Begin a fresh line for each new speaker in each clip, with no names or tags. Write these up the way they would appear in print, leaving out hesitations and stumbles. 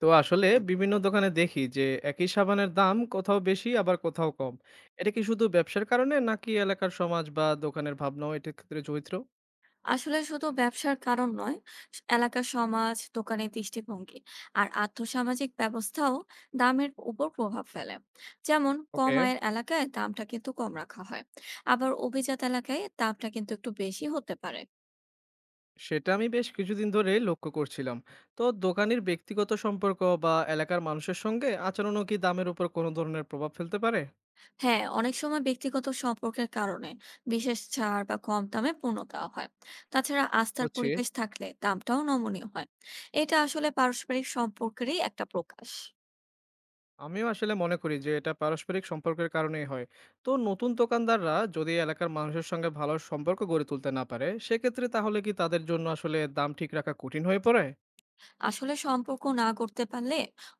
তো আসলে বিভিন্ন দোকানে দেখি যে একই সাবানের দাম কোথাও বেশি আবার কোথাও কম। এটা কি শুধু ব্যবসার কারণে নাকি এলাকার সমাজ বা দোকানের ভাবনাও এটা ক্ষেত্রে চরিত্র?
আসলে শুধু ব্যবসার কারণ নয়। এলাকার সমাজ, দোকানের দৃষ্টিভঙ্গি আর আর্থসামাজিক ব্যবস্থাও দামের উপর প্রভাব ফেলে। যেমন কম
ওকে,
আয়ের এলাকায় দামটা কিন্তু কম রাখা হয়, আবার অভিজাত এলাকায় দামটা কিন্তু একটু বেশি হতে পারে।
সেটা আমি বেশ কিছুদিন ধরে লক্ষ্য করছিলাম। তো দোকানের ব্যক্তিগত সম্পর্ক বা এলাকার মানুষের সঙ্গে আচরণও কি দামের উপর কোনো ধরনের প্রভাব ফেলতে পারে?
হ্যাঁ, অনেক সময় ব্যক্তিগত সম্পর্কের কারণে বিশেষ ছাড় বা কম দামে পণ্য দেওয়া হয়। তাছাড়া আস্থার
বুঝছি।
পরিবেশ থাকলে দামটাও নমনীয় হয়। এটা আসলে পারস্পরিক সম্পর্কেরই একটা প্রকাশ।
আমিও আসলে মনে করি যে এটা পারস্পরিক সম্পর্কের কারণেই হয়। তো নতুন দোকানদাররা যদি এলাকার মানুষের সঙ্গে ভালো সম্পর্ক গড়ে তুলতে না পারে সেক্ষেত্রে তাহলে কি তাদের জন্য আসলে দাম ঠিক রাখা কঠিন হয়ে পড়ে?
আসলে সম্পর্ক না করতে পারলে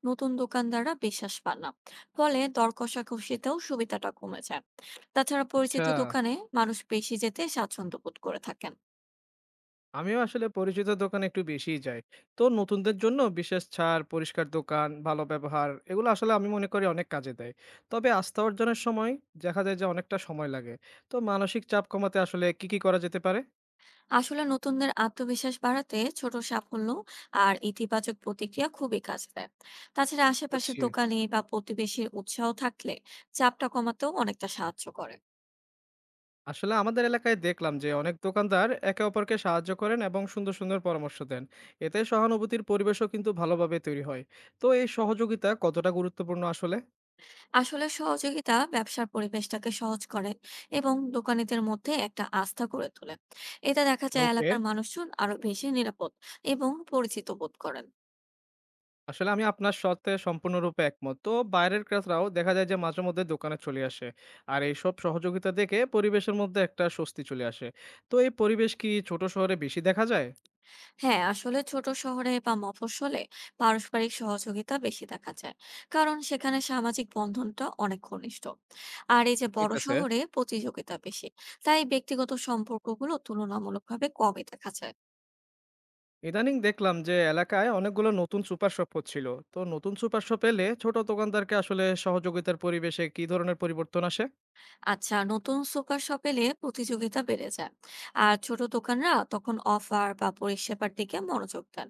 নতুন দোকানদাররা বিশ্বাস পান না, ফলে দর কষাকষিতেও সুবিধাটা কমে যায়। তাছাড়া
আচ্ছা,
পরিচিত দোকানে মানুষ বেশি যেতে স্বাচ্ছন্দ্য বোধ করে থাকেন।
আমিও আসলে পরিচিত দোকানে একটু বেশিই যাই। তো নতুনদের জন্য বিশেষ ছাড়, পরিষ্কার দোকান, ভালো ব্যবহার, এগুলো আসলে আমি মনে করি অনেক কাজে দেয়। তবে আস্থা অর্জনের সময় দেখা যায় যে অনেকটা সময় লাগে। তো মানসিক চাপ কমাতে আসলে কি কি করা যেতে পারে?
আসলে নতুনদের আত্মবিশ্বাস বাড়াতে ছোট সাফল্য আর ইতিবাচক প্রতিক্রিয়া খুবই কাজ দেয়। তাছাড়া আশেপাশের
বুঝছি।
দোকানে বা প্রতিবেশীর উৎসাহ থাকলে চাপটা কমাতেও অনেকটা সাহায্য করে।
আসলে আমাদের এলাকায় দেখলাম যে অনেক দোকানদার একে অপরকে সাহায্য করেন এবং সুন্দর সুন্দর পরামর্শ দেন। এতে সহানুভূতির পরিবেশও কিন্তু ভালোভাবে তৈরি হয়। তো এই সহযোগিতা কতটা গুরুত্বপূর্ণ আসলে?
আসলে সহযোগিতা ব্যবসার পরিবেশটাকে সহজ করে এবং দোকানীদের মধ্যে একটা আস্থা গড়ে তোলে। এতে দেখা যায়
ওকে।
এলাকার মানুষজন আরো বেশি নিরাপদ এবং পরিচিত বোধ করেন।
আসলে আমি আপনার সাথে সম্পূর্ণরূপে একমত। তো বাইরের ক্রেতারাও দেখা যায় যে মাঝে মধ্যে দোকানে চলে আসে। আর এইসব সহযোগিতা দেখে পরিবেশের মধ্যে একটা স্বস্তি চলে আসে। তো এই পরিবেশ কি ছোট শহরে বেশি দেখা যায়?
হ্যাঁ, আসলে ছোট শহরে বা মফস্বলে পারস্পরিক সহযোগিতা বেশি দেখা যায়, কারণ সেখানে সামাজিক বন্ধনটা অনেক ঘনিষ্ঠ। আর এই যে
ঠিক
বড়
আছে।
শহরে প্রতিযোগিতা বেশি, তাই ব্যক্তিগত সম্পর্কগুলো তুলনামূলকভাবে কমই দেখা যায়।
ইদানিং দেখলাম যে এলাকায় অনেকগুলো নতুন সুপার শপ হচ্ছিল। তো নতুন সুপার শপ এলে ছোট দোকানদারকে আসলে সহযোগিতার পরিবেশে কি ধরনের পরিবর্তন আসে?
আচ্ছা, নতুন সুপার শপ এলে প্রতিযোগিতা বেড়ে যায়, আর ছোট দোকানরা তখন অফার বা পরিষেবার দিকে মনোযোগ দেন।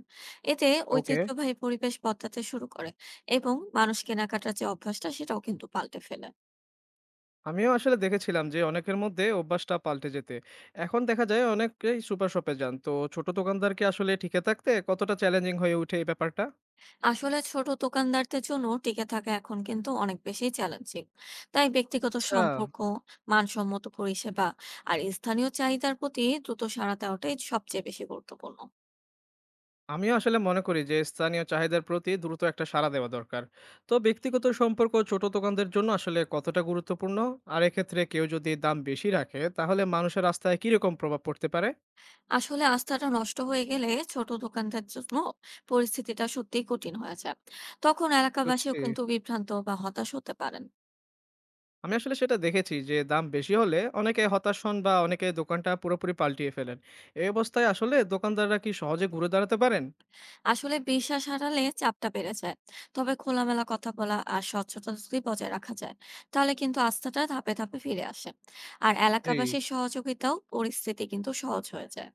এতে
ওকে।
ঐতিহ্যবাহী পরিবেশ বদলাতে শুরু করে এবং মানুষ কেনাকাটার যে অভ্যাসটা সেটাও কিন্তু পাল্টে ফেলে।
আমিও আসলে দেখেছিলাম যে অনেকের মধ্যে অভ্যাসটা পাল্টে যেতে। এখন দেখা যায় অনেকেই সুপার শপে যান। তো ছোট দোকানদারকে আসলে টিকে থাকতে কতটা চ্যালেঞ্জিং হয়ে উঠে এই ব্যাপারটা?
আসলে ছোট দোকানদারদের জন্য টিকে থাকা এখন কিন্তু অনেক বেশি চ্যালেঞ্জিং। তাই ব্যক্তিগত
আচ্ছা,
সম্পর্ক, মানসম্মত পরিষেবা আর স্থানীয় চাহিদার প্রতি দ্রুত সাড়া দেওয়াটাই সবচেয়ে বেশি গুরুত্বপূর্ণ।
আমিও আসলে মনে করি যে স্থানীয় চাহিদার প্রতি দ্রুত একটা সাড়া দেওয়া দরকার। তো ব্যক্তিগত সম্পর্ক ছোট দোকানদের জন্য আসলে কতটা গুরুত্বপূর্ণ? আর এক্ষেত্রে কেউ যদি দাম বেশি রাখে তাহলে মানুষের আস্থায় কিরকম প্রভাব পড়তে পারে?
আসলে আস্থাটা নষ্ট হয়ে গেলে ছোট দোকানদার জন্য পরিস্থিতিটা সত্যিই কঠিন হয়ে যায়। তখন এলাকাবাসীও
বুঝছি।
কিন্তু বিভ্রান্ত বা হতাশ হতে পারেন।
আমি আসলে সেটা দেখেছি যে দাম বেশি হলে অনেকে হতাশ হন বা অনেকে দোকানটা পুরোপুরি পাল্টিয়ে ফেলেন। এই অবস্থায় আসলে দোকানদাররা কি সহজে ঘুরে দাঁড়াতে পারেন?
আসলে বিশ্বাস হারালে চাপটা বেড়ে যায়। তবে খোলামেলা কথা বলা আর স্বচ্ছতা যদি বজায় রাখা যায়, তাহলে কিন্তু আস্থাটা ধাপে ধাপে ফিরে আসে। আর
জি,
এলাকাবাসীর সহযোগিতাও পরিস্থিতি কিন্তু সহজ হয়ে যায়।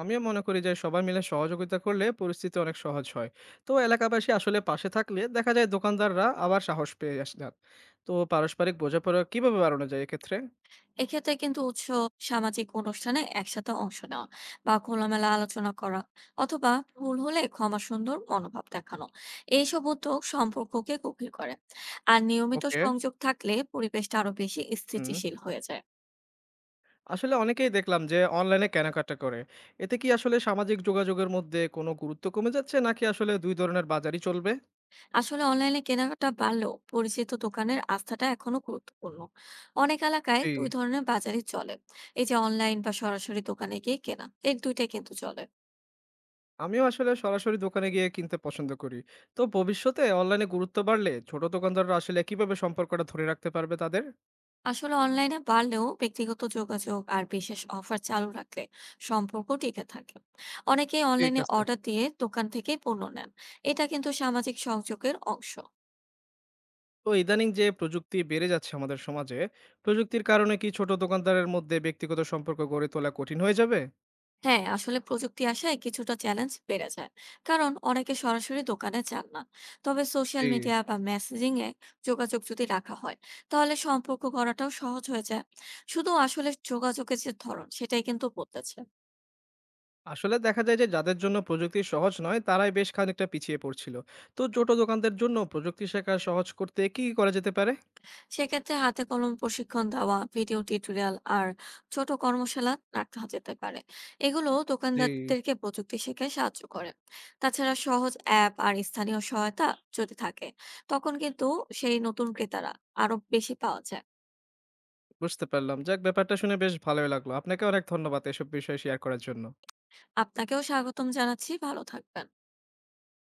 আমিও মনে করি যে সবাই মিলে সহযোগিতা করলে পরিস্থিতি অনেক সহজ হয়। তো এলাকাবাসী আসলে পাশে থাকলে দেখা যায় দোকানদাররা আবার সাহস পেয়ে আসেন। তো পারস্পরিক বোঝাপড়া কিভাবে বাড়ানো যায় এক্ষেত্রে?
এক্ষেত্রে কিন্তু উৎসব, সামাজিক অনুষ্ঠানে একসাথে অংশ নেওয়া, বা খোলামেলা আলোচনা করা, অথবা ভুল হলে ক্ষমা সুন্দর মনোভাব দেখানো, এইসব উদ্যোগ সম্পর্ককে গভীর করে। আর নিয়মিত
ওকে।
সংযোগ থাকলে পরিবেশটা আরো বেশি
হুম।
স্থিতিশীল হয়ে যায়।
আসলে অনেকেই দেখলাম যে অনলাইনে কেনাকাটা করে। এতে কি আসলে সামাজিক যোগাযোগের মধ্যে কোনো গুরুত্ব কমে যাচ্ছে নাকি আসলে দুই ধরনের বাজারই চলবে?
আসলে অনলাইনে কেনাকাটা বাড়লেও পরিচিত দোকানের আস্থাটা এখনো গুরুত্বপূর্ণ। অনেক এলাকায়
জি।
দুই ধরনের বাজারই চলে। এই যে অনলাইন বা সরাসরি দোকানে গিয়ে কেনা, এই দুইটাই কিন্তু চলে।
আমিও আসলে সরাসরি দোকানে গিয়ে কিনতে পছন্দ করি। তো ভবিষ্যতে অনলাইনে গুরুত্ব বাড়লে ছোট দোকানদাররা আসলে কিভাবে সম্পর্কটা ধরে রাখতে পারবে তাদের?
আসলে অনলাইনে বাড়লেও ব্যক্তিগত যোগাযোগ আর বিশেষ অফার চালু রাখলে সম্পর্ক টিকে থাকে। অনেকেই
ঠিক
অনলাইনে
আছে।
অর্ডার দিয়ে দোকান থেকে পণ্য নেন। এটা কিন্তু সামাজিক সংযোগের অংশ।
তো ইদানিং যে প্রযুক্তি বেড়ে যাচ্ছে আমাদের সমাজে, প্রযুক্তির কারণে কি ছোট দোকানদারের মধ্যে ব্যক্তিগত সম্পর্ক গড়ে তোলা কঠিন হয়ে যাবে?
হ্যাঁ, আসলে প্রযুক্তি আসায় কিছুটা চ্যালেঞ্জ বেড়ে যায়, কারণ অনেকে সরাসরি দোকানে যান না। তবে
জি।
সোশ্যাল মিডিয়া বা মেসেজিং এ যোগাযোগ যদি রাখা হয়, তাহলে সম্পর্ক গড়াটাও সহজ হয়ে যায়। শুধু আসলে যোগাযোগের যে ধরন সেটাই কিন্তু বদলেছে।
আসলে দেখা যায় যে যাদের জন্য প্রযুক্তি সহজ নয়, তারাই বেশ খানিকটা পিছিয়ে পড়ছিল। তো ছোট দোকানদের জন্য প্রযুক্তি শেখা সহজ করতে কি, কি করা যেতে পারে?
সেক্ষেত্রে হাতে কলম প্রশিক্ষণ দেওয়া, ভিডিও টিউটোরিয়াল আর ছোট কর্মশালা রাখা যেতে পারে। এগুলো
জি।
দোকানদারদেরকে প্রযুক্তি শেখায় সাহায্য করে। তাছাড়া সহজ অ্যাপ আর স্থানীয় সহায়তা যদি থাকে, তখন কিন্তু সেই নতুন ক্রেতারা আরো বেশি পাওয়া যায়।
বুঝতে পারলাম। যাক ব্যাপারটা শুনে বেশ ভালোই লাগলো। আপনাকে অনেক ধন্যবাদ এসব বিষয় শেয়ার করার জন্য।
আপনাকেও স্বাগতম জানাচ্ছি। ভালো থাকবেন।